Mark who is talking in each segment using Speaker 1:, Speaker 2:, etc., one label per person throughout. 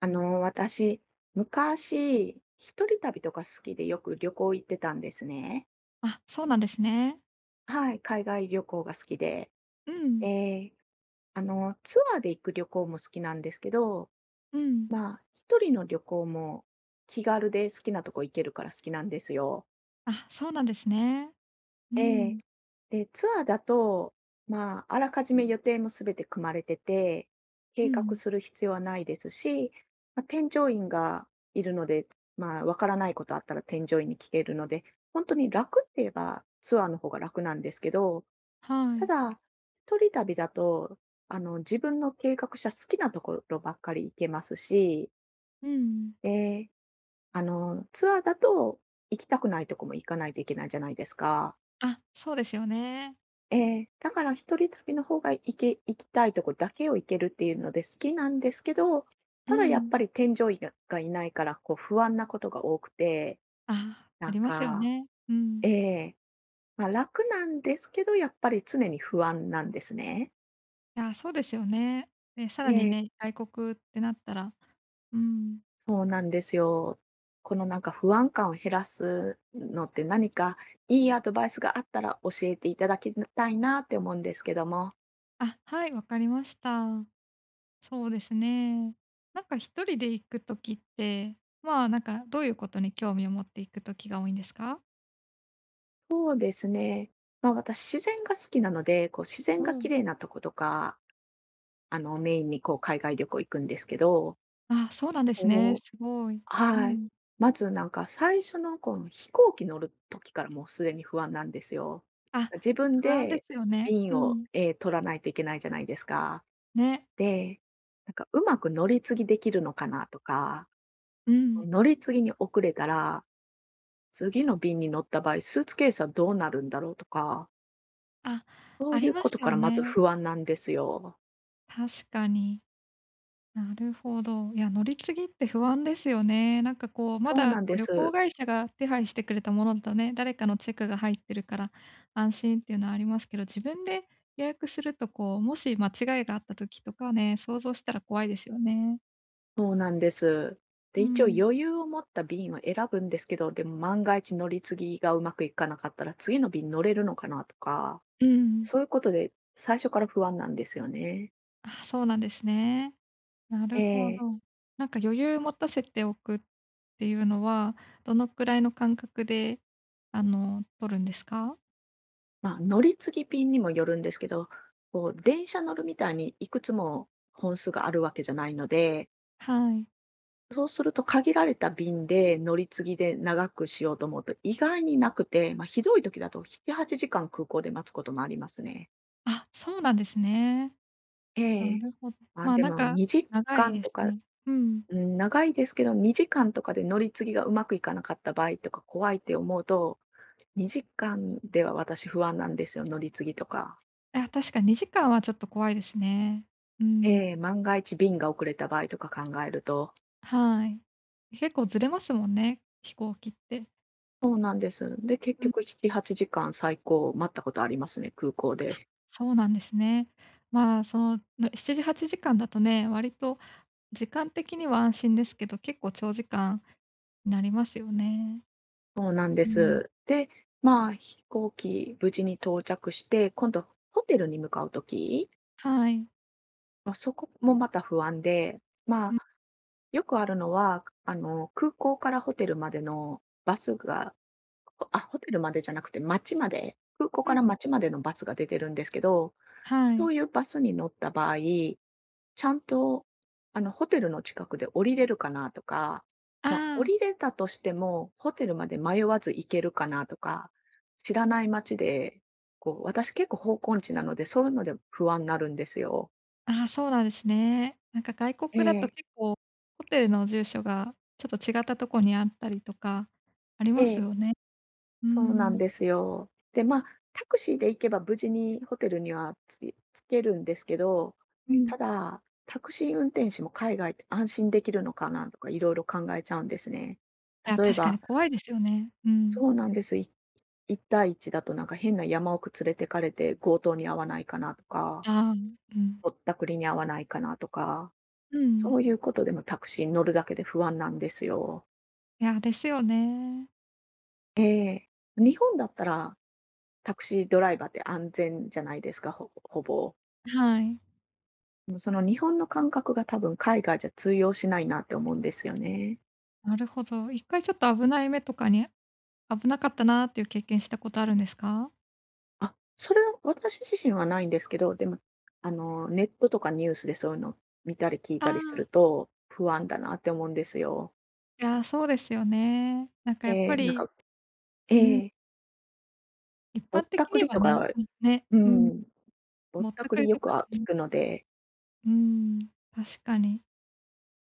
Speaker 1: 私、昔、一人旅とか好きでよく旅行行ってたんですね。
Speaker 2: あ、そうなんですね。
Speaker 1: はい、海外旅行が好きで。
Speaker 2: うん、
Speaker 1: で、ツアーで行く旅行も好きなんですけど、
Speaker 2: うん。
Speaker 1: 一人の旅行も気軽で好きなとこ行けるから好きなんですよ。
Speaker 2: あ、そうなんですね。う
Speaker 1: ええ。
Speaker 2: ん、
Speaker 1: で、ツアーだと、あらかじめ予定もすべて組まれてて、
Speaker 2: う
Speaker 1: 計画
Speaker 2: ん、
Speaker 1: する必要はないですし、添乗員がいるので、わからないことあったら添乗員に聞けるので、本当に楽って言えばツアーの方が楽なんですけど、
Speaker 2: は
Speaker 1: た
Speaker 2: い。
Speaker 1: だ、一人旅だと、自分の計画した好きなところばっかり行けますし、
Speaker 2: うん。
Speaker 1: で、ツアーだと行きたくないとこも行かないといけないじゃないですか。
Speaker 2: あ、そうですよね。
Speaker 1: ええ、だから一人旅の方が行きたいとこだけを行けるっていうので好きなんですけど、
Speaker 2: う
Speaker 1: ただやっ
Speaker 2: ん。
Speaker 1: ぱり添乗員がいないから、こう不安なことが多くて、
Speaker 2: あ、あ
Speaker 1: なん
Speaker 2: りますよ
Speaker 1: か
Speaker 2: ね。うん。
Speaker 1: ええ、ま、楽なんですけど、やっぱり常に不安なんですね。
Speaker 2: いや、そうですよね。で、さらに
Speaker 1: ええ、
Speaker 2: ね、外国ってなったら、うん。
Speaker 1: そうなんですよ。この不安感を減らすのって、何かいいアドバイスがあったら教えていただきたいなって思うんですけども。
Speaker 2: あ、はい、わかりました。そうですね。なんか一人で行く時って、まあ、なんかどういうことに興味を持って行く時が多いんですか？
Speaker 1: そうですね。私、自然が好きなので、こう、自然
Speaker 2: う
Speaker 1: が
Speaker 2: ん。
Speaker 1: 綺麗なとことか、メインに、こう、海外旅行行くんですけど、
Speaker 2: あ、そうなんですね。
Speaker 1: こう
Speaker 2: すごい。う
Speaker 1: はい。
Speaker 2: ん。
Speaker 1: まず、最初の、飛行機乗る時からもうすでに不安なんですよ。
Speaker 2: あ、
Speaker 1: 自分
Speaker 2: 不安で
Speaker 1: で
Speaker 2: すよね。う
Speaker 1: 便を、
Speaker 2: ん。
Speaker 1: 取らないといけないじゃないですか。
Speaker 2: ね。
Speaker 1: で、うまく乗り継ぎできるのかなとか、
Speaker 2: うん。
Speaker 1: 乗り継ぎに遅れたら、次の便に乗った場合、スーツケースはどうなるんだろうとか、
Speaker 2: あ、
Speaker 1: そ
Speaker 2: あ
Speaker 1: うい
Speaker 2: り
Speaker 1: う
Speaker 2: ま
Speaker 1: こ
Speaker 2: す
Speaker 1: とか
Speaker 2: よ
Speaker 1: らまず
Speaker 2: ね。
Speaker 1: 不安なんですよ。
Speaker 2: 確かに。なるほど。いや、乗り継ぎって不安ですよね。なんかこう、ま
Speaker 1: そう
Speaker 2: だ
Speaker 1: な
Speaker 2: こ
Speaker 1: ん
Speaker 2: う
Speaker 1: で
Speaker 2: 旅行
Speaker 1: す。
Speaker 2: 会社が手配してくれたものだとね、誰かのチェックが入ってるから安心っていうのはありますけど、自分で予約するとこう、もし間違いがあった時とかね、想像したら怖いですよね。
Speaker 1: そうなんです。
Speaker 2: う
Speaker 1: で、一応
Speaker 2: ん。
Speaker 1: 余裕を持った便を選ぶんですけど、でも万が一乗り継ぎがうまくいかなかったら次の便乗れるのかなとか、
Speaker 2: うん。
Speaker 1: そういうことで最初から不安なんですよね。
Speaker 2: あ、そうなんですね。な
Speaker 1: え
Speaker 2: るほ
Speaker 1: え。
Speaker 2: ど。なんか余裕持たせておくっていうのは、どのくらいの間隔で、あの、取るんですか？
Speaker 1: 乗り継ぎ便にもよるんですけど、こう電車乗るみたいにいくつも本数があるわけじゃないので、
Speaker 2: はい。
Speaker 1: そうすると限られた便で乗り継ぎで長くしようと思うと意外になくて、ひどい時だと7、8時間空港で待つこともありますね。
Speaker 2: あ、そうなんですね。な
Speaker 1: ええ。
Speaker 2: るほど。
Speaker 1: ま、
Speaker 2: まあ、
Speaker 1: で
Speaker 2: なん
Speaker 1: も
Speaker 2: か
Speaker 1: 2
Speaker 2: 長
Speaker 1: 時
Speaker 2: い
Speaker 1: 間
Speaker 2: で
Speaker 1: と
Speaker 2: す
Speaker 1: か、
Speaker 2: ね。うん。
Speaker 1: うん、長いですけど2時間とかで乗り継ぎがうまくいかなかった場合とか怖いって思うと、2時間では私不安なんですよ、乗り継ぎとか。
Speaker 2: あ、確か2時間はちょっと怖いですね。うん。
Speaker 1: ええ、万が一便が遅れた場合とか考えると。
Speaker 2: はい。結構ずれますもんね、飛行機って。
Speaker 1: そうなんです。で、結
Speaker 2: うん、
Speaker 1: 局7、8時間最高待ったことありますね、空港で。
Speaker 2: そうなんですね。まあ、その、の7時8時間だとね、割と時間的には安心ですけど、結構長時間になりますよね。
Speaker 1: そうなんで
Speaker 2: うん。
Speaker 1: す。で、飛行機無事に到着して、今度ホテルに向かうとき
Speaker 2: はい。
Speaker 1: そこもまた不安で、ま
Speaker 2: う
Speaker 1: あ、
Speaker 2: ん、
Speaker 1: よくあるのは、空港からホテルまでのバスが、あ、ホテルまでじゃなくて街まで、空港
Speaker 2: う
Speaker 1: から
Speaker 2: ん、
Speaker 1: 街までのバスが出てるんですけど、
Speaker 2: は
Speaker 1: そ
Speaker 2: い。
Speaker 1: ういうバスに乗った場合ちゃんと、ホテルの近くで降りれるかなとか、
Speaker 2: あ
Speaker 1: 降りれたとしても、ホテルまで迷わず行けるかなとか、知らない街で、こう、私結構方向音痴なので、そういうので不安になるんですよ。
Speaker 2: あ、ああ、そうなんですね。なんか外
Speaker 1: え
Speaker 2: 国だと
Speaker 1: え。
Speaker 2: 結構、ホテルの住所がちょっと違ったとこにあったりとか、あり
Speaker 1: え
Speaker 2: ます
Speaker 1: え。
Speaker 2: よね。うー
Speaker 1: そうなん
Speaker 2: ん。
Speaker 1: ですよ。で、タクシーで行けば無事にホテルには着けるんですけど、
Speaker 2: うん。
Speaker 1: ただ、タクシー運転手も海外って安心できるのかなとかいろいろ考えちゃうんですね。
Speaker 2: いや、
Speaker 1: 例え
Speaker 2: 確かに
Speaker 1: ば
Speaker 2: 怖いですよね。うん。
Speaker 1: そうなんです。1対1だとなんか変な山奥連れてかれて強盗に遭わないかなとか、
Speaker 2: ああ、うん。
Speaker 1: ぼったくりに遭わないかなとか、
Speaker 2: うん。
Speaker 1: そういうことでもタクシーに乗るだけで不安なんですよ。
Speaker 2: いや、ですよね。
Speaker 1: ええ。日本だったら、タクシードライバーって安全じゃないですか、ほぼ。
Speaker 2: はい。
Speaker 1: でもうその日本の感覚が多分海外じゃ通用しないなって思うんですよね。
Speaker 2: なるほど。一回ちょっと危ない目とかに、危なかったなっていう経験したことあるんですか？
Speaker 1: あ、それは私自身はないんですけど、でも、ネットとかニュースでそういうの見たり聞い
Speaker 2: あ
Speaker 1: たりする
Speaker 2: あ。
Speaker 1: と、不安だなって思うんですよ。
Speaker 2: いや、そうですよね。なんかやっ
Speaker 1: え
Speaker 2: ぱ
Speaker 1: え、なん
Speaker 2: り、
Speaker 1: かえ
Speaker 2: うん、
Speaker 1: え、
Speaker 2: 一
Speaker 1: ぼ
Speaker 2: 般
Speaker 1: っ
Speaker 2: 的
Speaker 1: たく
Speaker 2: に
Speaker 1: り
Speaker 2: は
Speaker 1: と
Speaker 2: ね、
Speaker 1: か、
Speaker 2: うん、ね、
Speaker 1: う
Speaker 2: うん、
Speaker 1: ん、ぼっ
Speaker 2: ぼっ
Speaker 1: た
Speaker 2: た
Speaker 1: く
Speaker 2: くり
Speaker 1: りよ
Speaker 2: と
Speaker 1: く
Speaker 2: か
Speaker 1: 聞
Speaker 2: ね、
Speaker 1: くので
Speaker 2: うん、確かに。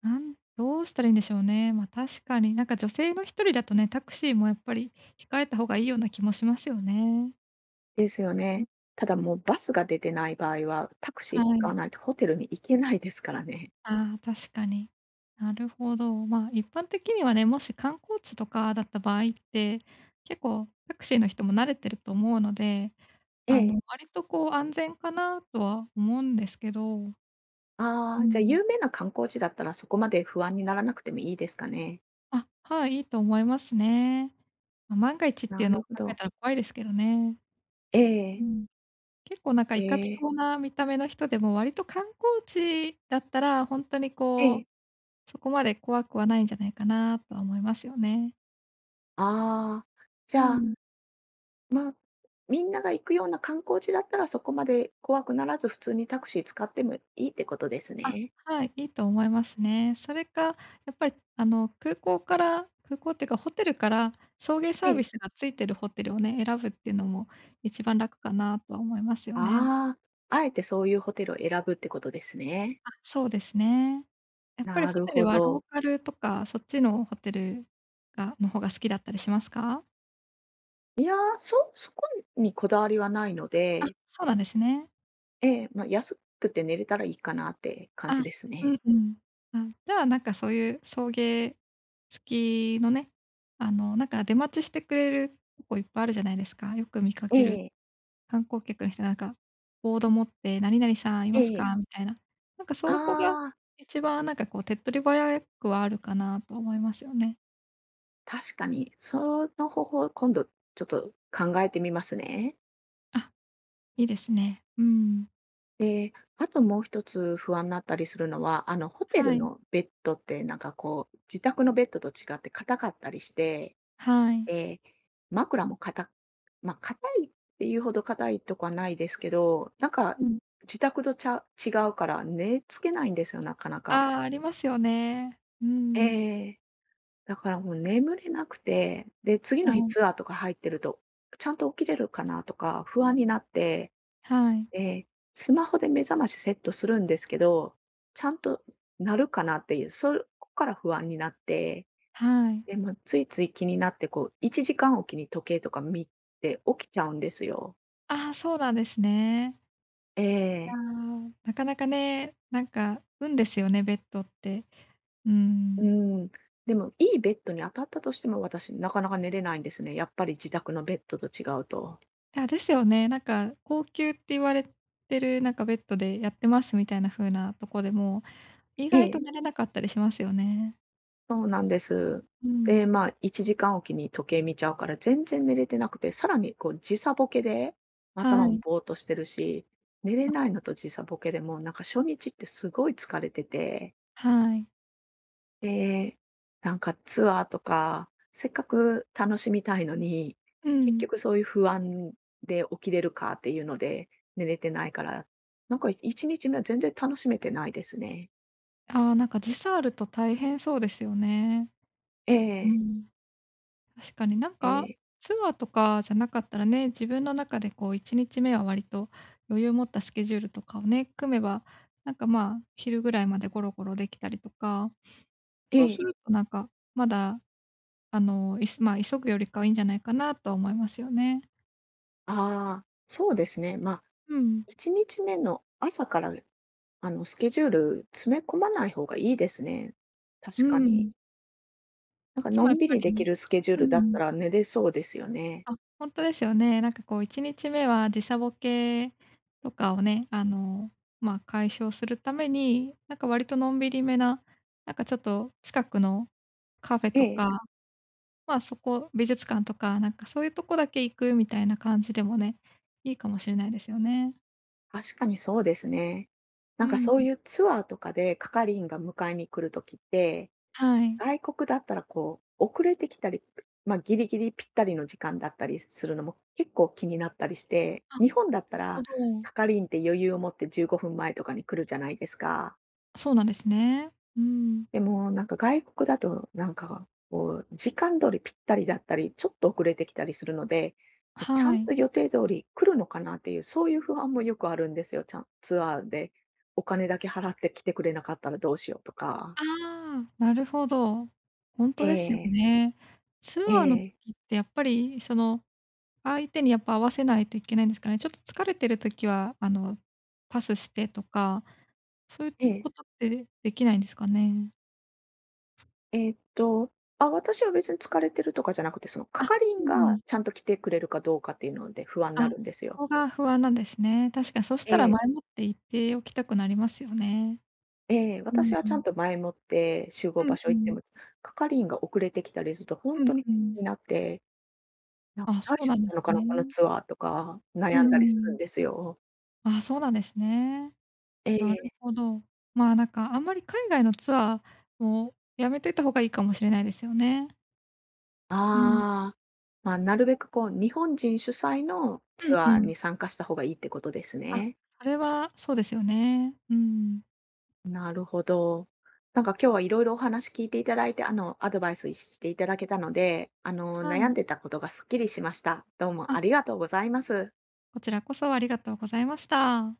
Speaker 2: どうしたらいいんでしょうね。ま、確かに、なんか女性の一人だとね、タクシーもやっぱり控えた方がいいような気もしますよね。
Speaker 1: ですよ
Speaker 2: うん、
Speaker 1: ね。ただもうバスが出てない場合は、タクシ
Speaker 2: は
Speaker 1: ー使
Speaker 2: い。
Speaker 1: わないとホテルに行けないですからね。
Speaker 2: ああ、確かに。なるほど。まあ、一般的にはね、もし観光地とかだった場合って、結構タクシーの人も慣れてると思うので、
Speaker 1: え
Speaker 2: あの、
Speaker 1: え。
Speaker 2: 割とこう安全かなとは思うんですけど。
Speaker 1: あ
Speaker 2: う
Speaker 1: あ、じゃ、
Speaker 2: ん。
Speaker 1: 有名な観光地だったら、そこまで不安にならなくてもいいですかね。
Speaker 2: あ、はい、いいと思いますね。ま、万が一ってい
Speaker 1: な
Speaker 2: うのを
Speaker 1: るほ
Speaker 2: 考え
Speaker 1: ど。
Speaker 2: たら怖いですけどね。
Speaker 1: え
Speaker 2: う
Speaker 1: え、
Speaker 2: ん。結構なんか
Speaker 1: え
Speaker 2: いかつ
Speaker 1: え、
Speaker 2: そうな見た目の人でも割と観光地だったら、ほんとに
Speaker 1: え
Speaker 2: こ
Speaker 1: え。
Speaker 2: う、そこまで怖くはないんじゃないかなとは思いますよね。
Speaker 1: ああ、じ
Speaker 2: う
Speaker 1: ゃあ、
Speaker 2: ん。
Speaker 1: まあ、みんなが行くような観光地だったら、そこまで怖くならず、普通にタクシー使ってもいいってことです
Speaker 2: あ、
Speaker 1: ね。
Speaker 2: はい、いいと思いますね。それか、やっぱりあの、空港から空港っていうかホテルから送迎サ
Speaker 1: え
Speaker 2: ービ
Speaker 1: え。
Speaker 2: スがついてるホテルをね、選ぶっていうのも一番楽かなとは思いますよね。
Speaker 1: ああ、あえてそういうホテルを選ぶってことですね。
Speaker 2: あ、そうですね。やっぱり
Speaker 1: な
Speaker 2: ホ
Speaker 1: る
Speaker 2: テル
Speaker 1: ほ
Speaker 2: はロ
Speaker 1: ど。
Speaker 2: ーカルとか、そっちのホテルの方が好きだったりしますか？
Speaker 1: いやー、そこにこだわりはないの
Speaker 2: あ、
Speaker 1: で、
Speaker 2: そうなんですね。
Speaker 1: ええ、安くて寝れたらいいかなって感じ
Speaker 2: あ、
Speaker 1: です
Speaker 2: う
Speaker 1: ね。
Speaker 2: んうん。あ、じゃあ、なんかそういう送迎付きのね、あの、なんか出待ちしてくれるとこいっぱいあるじゃないですか、よく見か
Speaker 1: え
Speaker 2: ける。
Speaker 1: え、
Speaker 2: 観光客の人がなんか、ボード持って、「何々さんい
Speaker 1: え
Speaker 2: ます
Speaker 1: え。
Speaker 2: か？」みたいな。なんかそこが
Speaker 1: ああ、
Speaker 2: 一番なんかこう手っ取り早くはあるかなと思いますよね。
Speaker 1: 確かに。その方法、今度ちょっと考えてみますね。
Speaker 2: あ、いいですね。うん。
Speaker 1: で、あともう一つ不安になったりするのは、ホテ
Speaker 2: は
Speaker 1: ル
Speaker 2: い。
Speaker 1: のベッドってなんかこう、自宅のベッドと違って硬かったりして、
Speaker 2: はい。
Speaker 1: で、枕も硬硬いっていうほど硬いとかはないですけど、なんか
Speaker 2: うん。
Speaker 1: 自宅と違うから寝つけないんですよ、なかなか。
Speaker 2: ああ、ありますよね。うん。
Speaker 1: ええ。だからもう眠れなくて、で、次
Speaker 2: は
Speaker 1: の日
Speaker 2: い。
Speaker 1: ツアーとか入ってると、ちゃんと起きれるかなとか不安になって、
Speaker 2: はい。
Speaker 1: ええ、スマホで目覚ましセットするんですけど、ちゃんと鳴るかなっていう、そこから不安になって、
Speaker 2: はい。
Speaker 1: で、ま、ついつい気になって、こう、1時間おきに時計とか見て起きちゃうんですよ。
Speaker 2: ああ、そうなんですね。
Speaker 1: え
Speaker 2: いや、
Speaker 1: え、
Speaker 2: なかなかね、なんか運ですよね、ベッドって。う
Speaker 1: う
Speaker 2: ん。
Speaker 1: ーん。でも、いいベッドに当たったとしても、私なかなか寝れないんですね。やっぱり自宅のベッドと違うと。
Speaker 2: あ、ですよね。なんか高級って言われてる、なんかベッドでやってますみたいな風なとこでも、意
Speaker 1: え
Speaker 2: 外と
Speaker 1: え。
Speaker 2: 寝れなかったりしますよね。
Speaker 1: そうなんです。
Speaker 2: うん。
Speaker 1: で、1時間おきに時計見ちゃうから、全然寝れてなくて、さらにこう時差ボケで、
Speaker 2: は
Speaker 1: 頭も
Speaker 2: い、
Speaker 1: ぼーっとしてるし、寝れないのと時差ボケでもうなんか初日ってすごい疲れてて、
Speaker 2: はい。
Speaker 1: で、なんかツアーとか、せっかく楽しみたいのに、
Speaker 2: う
Speaker 1: 結
Speaker 2: ん。
Speaker 1: 局そういう不安で起きれるかっていうので、寝れてないから、なんか1日目は全然楽しめてないですね。
Speaker 2: ああ、なんか時差あると大変そうですよね。
Speaker 1: え
Speaker 2: う
Speaker 1: え、
Speaker 2: ん。確かになん
Speaker 1: え
Speaker 2: か、
Speaker 1: え、
Speaker 2: ツアーとかじゃなかったらね、自分の中でこう1日目は割と余裕を持ったスケジュールとかをね、組めば、なんかまあ、昼ぐらいまでゴロゴロできたりとか、
Speaker 1: え
Speaker 2: そうす
Speaker 1: え、
Speaker 2: るとなんか、まだあの、まあ、急ぐよりかはいいんじゃないかなとは思いますよね。
Speaker 1: ああ、そうですね。
Speaker 2: うん。
Speaker 1: 1日目の朝から、スケジュール詰め込まない方がいいですね。
Speaker 2: う
Speaker 1: 確かに。
Speaker 2: ん。
Speaker 1: なん
Speaker 2: い
Speaker 1: か
Speaker 2: つ
Speaker 1: の
Speaker 2: もや
Speaker 1: ん
Speaker 2: っ
Speaker 1: び
Speaker 2: ぱ
Speaker 1: りでき
Speaker 2: り、
Speaker 1: るスケジュー
Speaker 2: う
Speaker 1: ルだった
Speaker 2: ん。
Speaker 1: ら寝れそうですよね。
Speaker 2: あ、ほんとですよね。なんかこう1日目は時差ボケとかをね、あの、まあ、解消するために、なんか割とのんびりめな、なんかちょっと近くのカフェ
Speaker 1: え
Speaker 2: と
Speaker 1: え、
Speaker 2: か、まあ、そこ、美術館とか、なんかそういうとこだけ行くみたいな感じでもね、いいかもしれないですよね。
Speaker 1: 確かにそうですね。
Speaker 2: う
Speaker 1: なんか
Speaker 2: ん。
Speaker 1: そういうツアーとかで係員が迎えに来る時って、
Speaker 2: はい。
Speaker 1: 外国だったらこう、遅れてきたり、ま、ギリギリぴったりの時間だったりするのも結構気になったりして、
Speaker 2: あ、
Speaker 1: 日本だった
Speaker 2: なるほ
Speaker 1: ら、
Speaker 2: ど。
Speaker 1: 係員って余裕を持って15分前とかに来るじゃないですか。
Speaker 2: そうなんですね。うん。
Speaker 1: でも、なんか外国だと、なんか、こう、時間通りぴったりだったり、ちょっと遅れてきたりするので、ちゃ
Speaker 2: は
Speaker 1: ん
Speaker 2: い。
Speaker 1: と予定通り来るのかなっていう、そういう不安もよくあるんですよ。ちゃんツアーでお金だけ払って来てくれなかったらどうしようと
Speaker 2: あ
Speaker 1: か。
Speaker 2: あ、なるほど。ほんとですよ
Speaker 1: ええ、
Speaker 2: ね。ツ
Speaker 1: え
Speaker 2: アーの
Speaker 1: え、
Speaker 2: 時ってやっぱり、その、相手にやっぱ合わせないといけないんですかね。ちょっと疲れてる時は、あの、パスしてとか、そういう
Speaker 1: え
Speaker 2: こ
Speaker 1: え。
Speaker 2: とってできないんですかね？
Speaker 1: えっと、あ、私は別に疲れてるとかじゃなくて、その
Speaker 2: あ、
Speaker 1: 係
Speaker 2: う
Speaker 1: 員
Speaker 2: んう
Speaker 1: が
Speaker 2: ん。
Speaker 1: ちゃんと来てくれるかどうかっていうので不安に
Speaker 2: あ、
Speaker 1: な
Speaker 2: そ
Speaker 1: るんですよ。
Speaker 2: こが不安なんですね。確かにそし
Speaker 1: え
Speaker 2: たら
Speaker 1: え。
Speaker 2: 前もって言っておきたくなりますよね。
Speaker 1: ええ、
Speaker 2: う
Speaker 1: 私
Speaker 2: ん
Speaker 1: は
Speaker 2: う
Speaker 1: ちゃ
Speaker 2: ん。
Speaker 1: んと前もって集合
Speaker 2: うん
Speaker 1: 場所
Speaker 2: う
Speaker 1: 行って
Speaker 2: ん。
Speaker 1: も、係員が遅れてきたりするとほん
Speaker 2: うん
Speaker 1: とに
Speaker 2: うん。
Speaker 1: になって、
Speaker 2: あ、
Speaker 1: 「大
Speaker 2: そう
Speaker 1: 丈
Speaker 2: なん
Speaker 1: 夫
Speaker 2: で
Speaker 1: な
Speaker 2: す
Speaker 1: のかな、
Speaker 2: ね。
Speaker 1: このツアー」とか
Speaker 2: う
Speaker 1: 悩
Speaker 2: ん
Speaker 1: ん
Speaker 2: う
Speaker 1: だりするん
Speaker 2: ん。
Speaker 1: ですよ。
Speaker 2: あ、そうなんですね。
Speaker 1: え
Speaker 2: なる
Speaker 1: え。
Speaker 2: ほど。まあ、なんかあんまり海外のツアーもやめといた方がいいかもしれないですよね。うん。
Speaker 1: ああ、なるべくこう、日本人主催の
Speaker 2: う
Speaker 1: ツ
Speaker 2: ん
Speaker 1: ア
Speaker 2: う
Speaker 1: ー
Speaker 2: ん。
Speaker 1: に参加した方がいいってことです
Speaker 2: あ、
Speaker 1: ね。
Speaker 2: それはそうですよね。うん。
Speaker 1: なるほど。なんか今日はいろいろお話聞いていただいて、アドバイスしていただけたので、
Speaker 2: は
Speaker 1: 悩
Speaker 2: い。
Speaker 1: んでたことがすっきりしました。どう
Speaker 2: あ、
Speaker 1: もありがとうございます。
Speaker 2: こちらこそありがとうございました。